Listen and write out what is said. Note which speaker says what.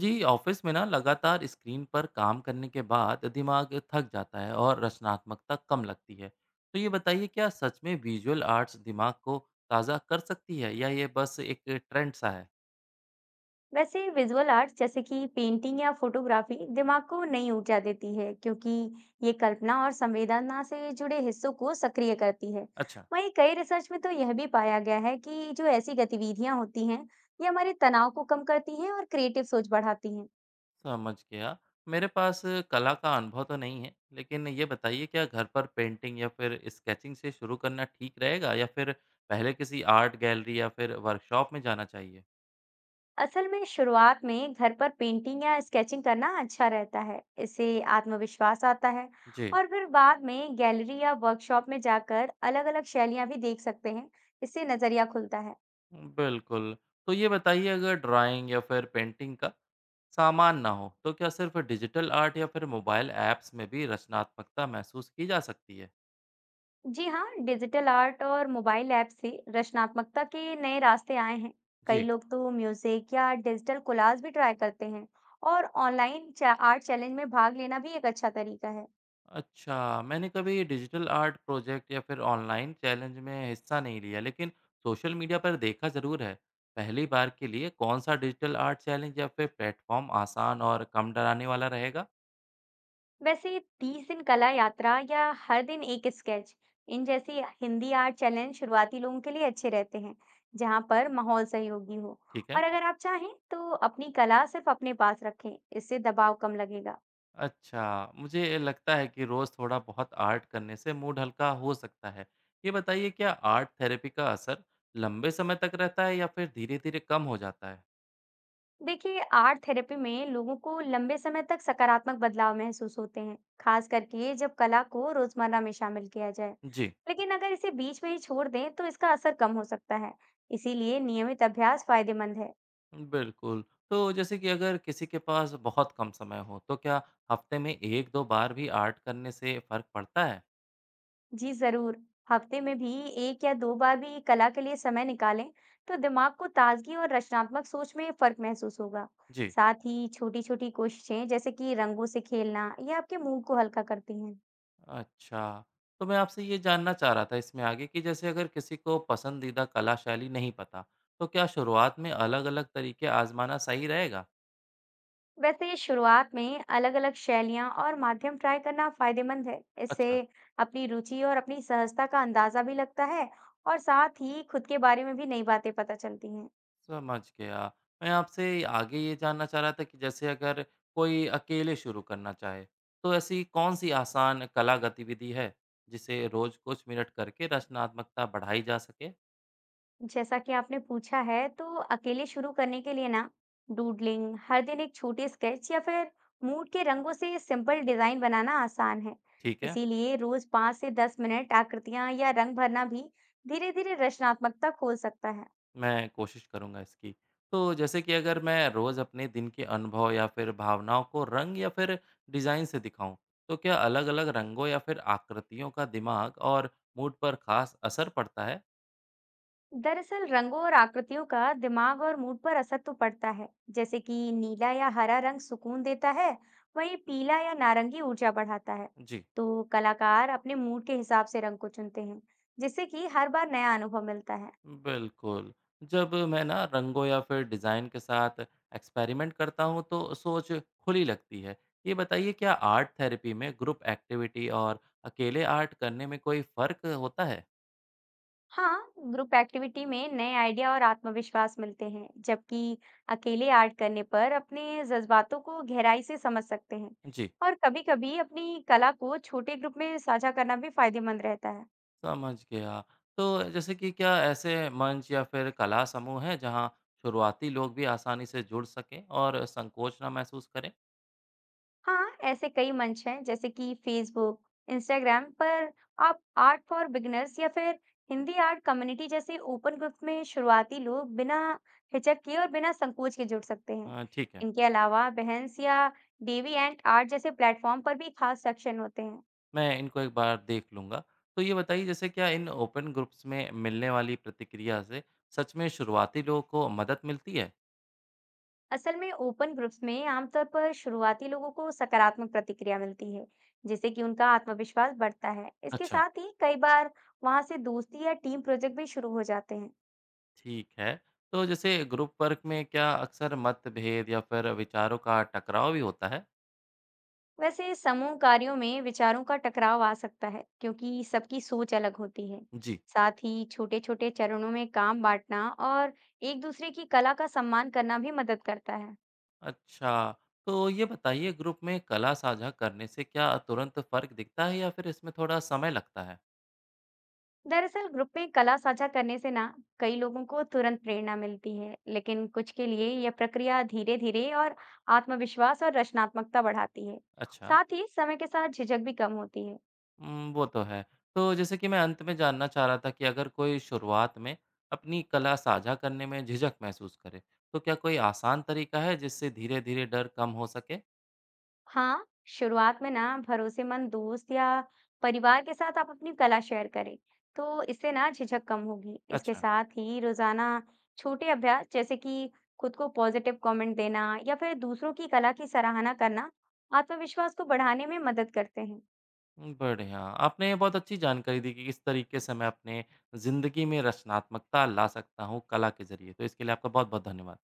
Speaker 1: जी office में ना लगातार स्क्रीन पर काम करने के बाद दिमाग थक जाता है और रचनात्मकता कम लगती है। तो ये बताइए, क्या सच में विजुअल आर्ट्स दिमाग को ताज़ा कर सकती है या ये बस एक ट्रेंड सा है?
Speaker 2: वैसे विजुअल आर्ट्स जैसे कि पेंटिंग या फोटोग्राफी दिमाग को नई ऊर्जा देती है, क्योंकि ये कल्पना और संवेदना से जुड़े हिस्सों को सक्रिय करती है।
Speaker 1: अच्छा।
Speaker 2: वहीं कई रिसर्च में तो यह भी पाया गया है कि जो ऐसी गतिविधियां होती हैं, ये हमारे तनाव को कम करती हैं और क्रिएटिव सोच बढ़ाती हैं।
Speaker 1: समझ गया। मेरे पास कला का अनुभव तो नहीं है, लेकिन ये बताइए, क्या घर पर पेंटिंग या फिर स्केचिंग से शुरू करना ठीक रहेगा या फिर पहले किसी आर्ट गैलरी या फिर वर्कशॉप में जाना चाहिए?
Speaker 2: असल में शुरुआत में घर पर पेंटिंग या स्केचिंग करना अच्छा रहता है, इससे आत्मविश्वास आता है।
Speaker 1: जी।
Speaker 2: और फिर बाद में गैलरी या वर्कशॉप में जाकर अलग-अलग शैलियां भी देख सकते हैं, इससे नजरिया खुलता है।
Speaker 1: बिल्कुल। तो ये बताइए, अगर ड्राइंग या फिर पेंटिंग का सामान ना हो, तो क्या सिर्फ़ डिजिटल आर्ट या फिर मोबाइल ऐप्स में भी रचनात्मकता महसूस की जा सकती है?
Speaker 2: जी हाँ, डिजिटल आर्ट और मोबाइल ऐप से रचनात्मकता के नए रास्ते आए हैं। कई
Speaker 1: जी।
Speaker 2: लोग तो म्यूजिक या डिजिटल कोलाज भी ट्राई करते हैं, और ऑनलाइन आर्ट चैलेंज में भाग लेना भी एक अच्छा तरीका है।
Speaker 1: अच्छा, मैंने कभी डिजिटल आर्ट प्रोजेक्ट या फिर ऑनलाइन चैलेंज में हिस्सा नहीं लिया, लेकिन सोशल मीडिया पर देखा ज़रूर है। पहली बार के लिए कौन-सा डिजिटल आर्ट चैलेंज या फिर प्लेटफ़ॉर्म आसान और कम डराने वाला रहेगा?
Speaker 2: वैसे 30 दिन कला यात्रा या हर दिन एक स्केच, इन जैसी हिंदी आर्ट चैलेंज शुरुआती लोगों के लिए अच्छे रहते हैं, जहाँ पर माहौल सहयोगी हो।
Speaker 1: ठीक है।
Speaker 2: और अगर आप चाहें तो अपनी कला सिर्फ अपने पास रखें, इससे दबाव कम लगेगा।
Speaker 1: अच्छा, मुझे लगता है कि रोज़ थोड़ा बहुत आर्ट करने से मूड हल्का हो सकता है। ये बताइए, क्या आर्ट थेरेपी का असर लंबे समय तक रहता है या फिर धीरे-धीरे कम हो जाता है?
Speaker 2: देखिए, आर्ट थेरेपी में लोगों को लंबे समय तक सकारात्मक बदलाव महसूस होते हैं, खास करके जब कला को रोजमर्रा में शामिल किया जाए।
Speaker 1: जी,
Speaker 2: लेकिन अगर इसे बीच में ही छोड़ दें तो इसका असर कम हो सकता है। इसीलिए नियमित अभ्यास फायदेमंद है।
Speaker 1: बिल्कुल। तो जैसे कि अगर किसी के पास बहुत कम समय हो तो क्या हफ्ते में 1-2 बार भी आर्ट करने से फ़र्क पड़ता है?
Speaker 2: जी जरूर। हफ्ते में भी 1 या 2 बार भी कला के लिए समय निकालें, तो दिमाग को ताजगी और रचनात्मक सोच में फर्क महसूस होगा।
Speaker 1: जी।
Speaker 2: साथ ही छोटी छोटी कोशिशें जैसे कि रंगों से खेलना, ये आपके मूड को हल्का करती हैं।
Speaker 1: अच्छा, तो मैं आपसे ये जानना चाह रहा था इसमें आगे कि जैसे अगर किसी को पसंदीदा कला शैली नहीं पता, तो क्या शुरुआत में अलग-अलग तरीके आज़माना सही रहेगा?
Speaker 2: वैसे शुरुआत में अलग-अलग शैलियां और माध्यम ट्राई करना फायदेमंद है। इससे
Speaker 1: अच्छा।
Speaker 2: अपनी रुचि और अपनी सहजता का अंदाजा भी लगता है, और साथ ही खुद के बारे में भी नई बातें पता चलती हैं।
Speaker 1: समझ गया। मैं आपसे आगे ये जानना चाह रहा था कि जैसे अगर कोई अकेले शुरू करना चाहे, तो ऐसी कौन-सी आसान कला गतिविधि है, जिसे रोज़ कुछ मिनट करके रचनात्मकता बढ़ाई जा सके?
Speaker 2: जैसा कि आपने पूछा है, तो अकेले शुरू करने के लिए ना डूडलिंग, हर दिन एक छोटी स्केच या फिर मूड के रंगों से सिंपल डिजाइन बनाना आसान है।
Speaker 1: ठीक है,
Speaker 2: इसीलिए रोज 5 से 10 मिनट आकृतियां या रंग भरना भी धीरे-धीरे रचनात्मकता खोल सकता है।
Speaker 1: मैं कोशिश करूँगा इसकी। तो जैसे कि अगर मैं रोज़ अपने दिन के अनुभव या फिर भावनाओं को रंग या फिर डिज़ाइन से दिखाऊँ, तो क्या अलग-अलग रंगों या फिर आकृतियों का दिमाग और मूड पर ख़ास असर पड़ता है?
Speaker 2: दरअसल रंगों और आकृतियों का दिमाग और मूड पर असर तो पड़ता है। जैसे कि नीला या हरा रंग सुकून देता है, वहीं पीला या नारंगी ऊर्जा बढ़ाता है।
Speaker 1: जी।
Speaker 2: तो कलाकार अपने मूड के हिसाब से रंग को चुनते हैं, जिससे कि हर बार नया अनुभव मिलता है।
Speaker 1: बिल्कुल। जब मैं ना रंगों या फिर डिज़ाइन के साथ एक्सपेरिमेंट करता हूँ तो सोच खुली लगती है। ये बताइए, क्या आर्ट थेरेपी में ग्रुप एक्टिविटी और अकेले आर्ट करने में कोई फ़र्क होता है?
Speaker 2: हाँ, ग्रुप एक्टिविटी में नए आइडिया और आत्मविश्वास मिलते हैं, जबकि अकेले आर्ट करने पर अपने जज्बातों को गहराई से समझ सकते हैं।
Speaker 1: जी,
Speaker 2: और कभी-कभी अपनी कला को छोटे ग्रुप में साझा करना भी फायदेमंद रहता है।
Speaker 1: समझ गया। तो जैसे कि क्या ऐसे मंच या फिर कला समूह हैं जहाँ शुरुआती लोग भी आसानी से जुड़ सकें और संकोच ना महसूस करें?
Speaker 2: हाँ, ऐसे कई मंच हैं जैसे कि फेसबुक, इंस्टाग्राम पर आप आर्ट फॉर बिगिनर्स या फिर हिंदी आर्ट कम्युनिटी जैसे ओपन ग्रुप में शुरुआती लोग बिना हिचक किए और बिना संकोच के जुड़ सकते हैं।
Speaker 1: ठीक है।
Speaker 2: इनके अलावा बहन्स या डेवी एंड आर्ट जैसे प्लेटफॉर्म पर भी खास सेक्शन होते हैं।
Speaker 1: मैं इनको एक बार देख लूँगा। तो ये बताइए, जैसे क्या इन ओपन ग्रुप्स में मिलने वाली प्रतिक्रिया से सच में शुरुआती लोगों को मदद मिलती है?
Speaker 2: असल में ओपन ग्रुप्स में आमतौर पर शुरुआती लोगों को सकारात्मक प्रतिक्रिया मिलती है, जिससे कि उनका आत्मविश्वास बढ़ता है। इसके
Speaker 1: अच्छा।
Speaker 2: साथ ही कई बार वहां से दोस्ती या टीम प्रोजेक्ट भी शुरू हो जाते हैं।
Speaker 1: ठीक है। तो जैसे ग्रुप वर्क में क्या अक्सर मतभेद या फिर विचारों का टकराव भी होता है?
Speaker 2: वैसे समूह कार्यों में विचारों का टकराव आ सकता है, क्योंकि सबकी सोच अलग होती है।
Speaker 1: जी।
Speaker 2: साथ ही छोटे छोटे चरणों में काम बांटना और एक दूसरे की कला का सम्मान करना भी मदद करता है।
Speaker 1: अच्छा। तो ये बताइए, ग्रुप में कला साझा करने से क्या तुरंत फर्क दिखता है या फिर इसमें थोड़ा समय लगता है?
Speaker 2: दरअसल ग्रुप में कला साझा करने से ना कई लोगों को तुरंत प्रेरणा मिलती है, लेकिन कुछ के लिए यह प्रक्रिया धीरे धीरे और आत्मविश्वास और रचनात्मकता बढ़ाती है।
Speaker 1: अच्छा।
Speaker 2: साथ ही समय के साथ झिझक भी कम होती है।
Speaker 1: वो तो है। तो जैसे कि मैं अंत में जानना चाह रहा था कि अगर कोई शुरुआत में अपनी कला साझा करने में झिझक महसूस करे, तो क्या कोई आसान तरीका है जिससे धीरे-धीरे डर कम हो सके?
Speaker 2: हाँ, शुरुआत में ना भरोसेमंद दोस्त या परिवार के साथ आप अपनी कला शेयर करें, तो इससे ना झिझक कम होगी। इसके
Speaker 1: अच्छा।
Speaker 2: साथ ही रोजाना छोटे अभ्यास जैसे कि खुद को पॉजिटिव कमेंट देना या फिर दूसरों की कला की सराहना करना आत्मविश्वास को बढ़ाने में मदद करते हैं।
Speaker 1: बढ़िया। आपने बहुत अच्छी जानकारी दी कि किस तरीके से मैं अपने ज़िंदगी में रचनात्मकता ला सकता हूँ कला के ज़रिए। तो इसके लिए आपका बहुत-बहुत धन्यवाद।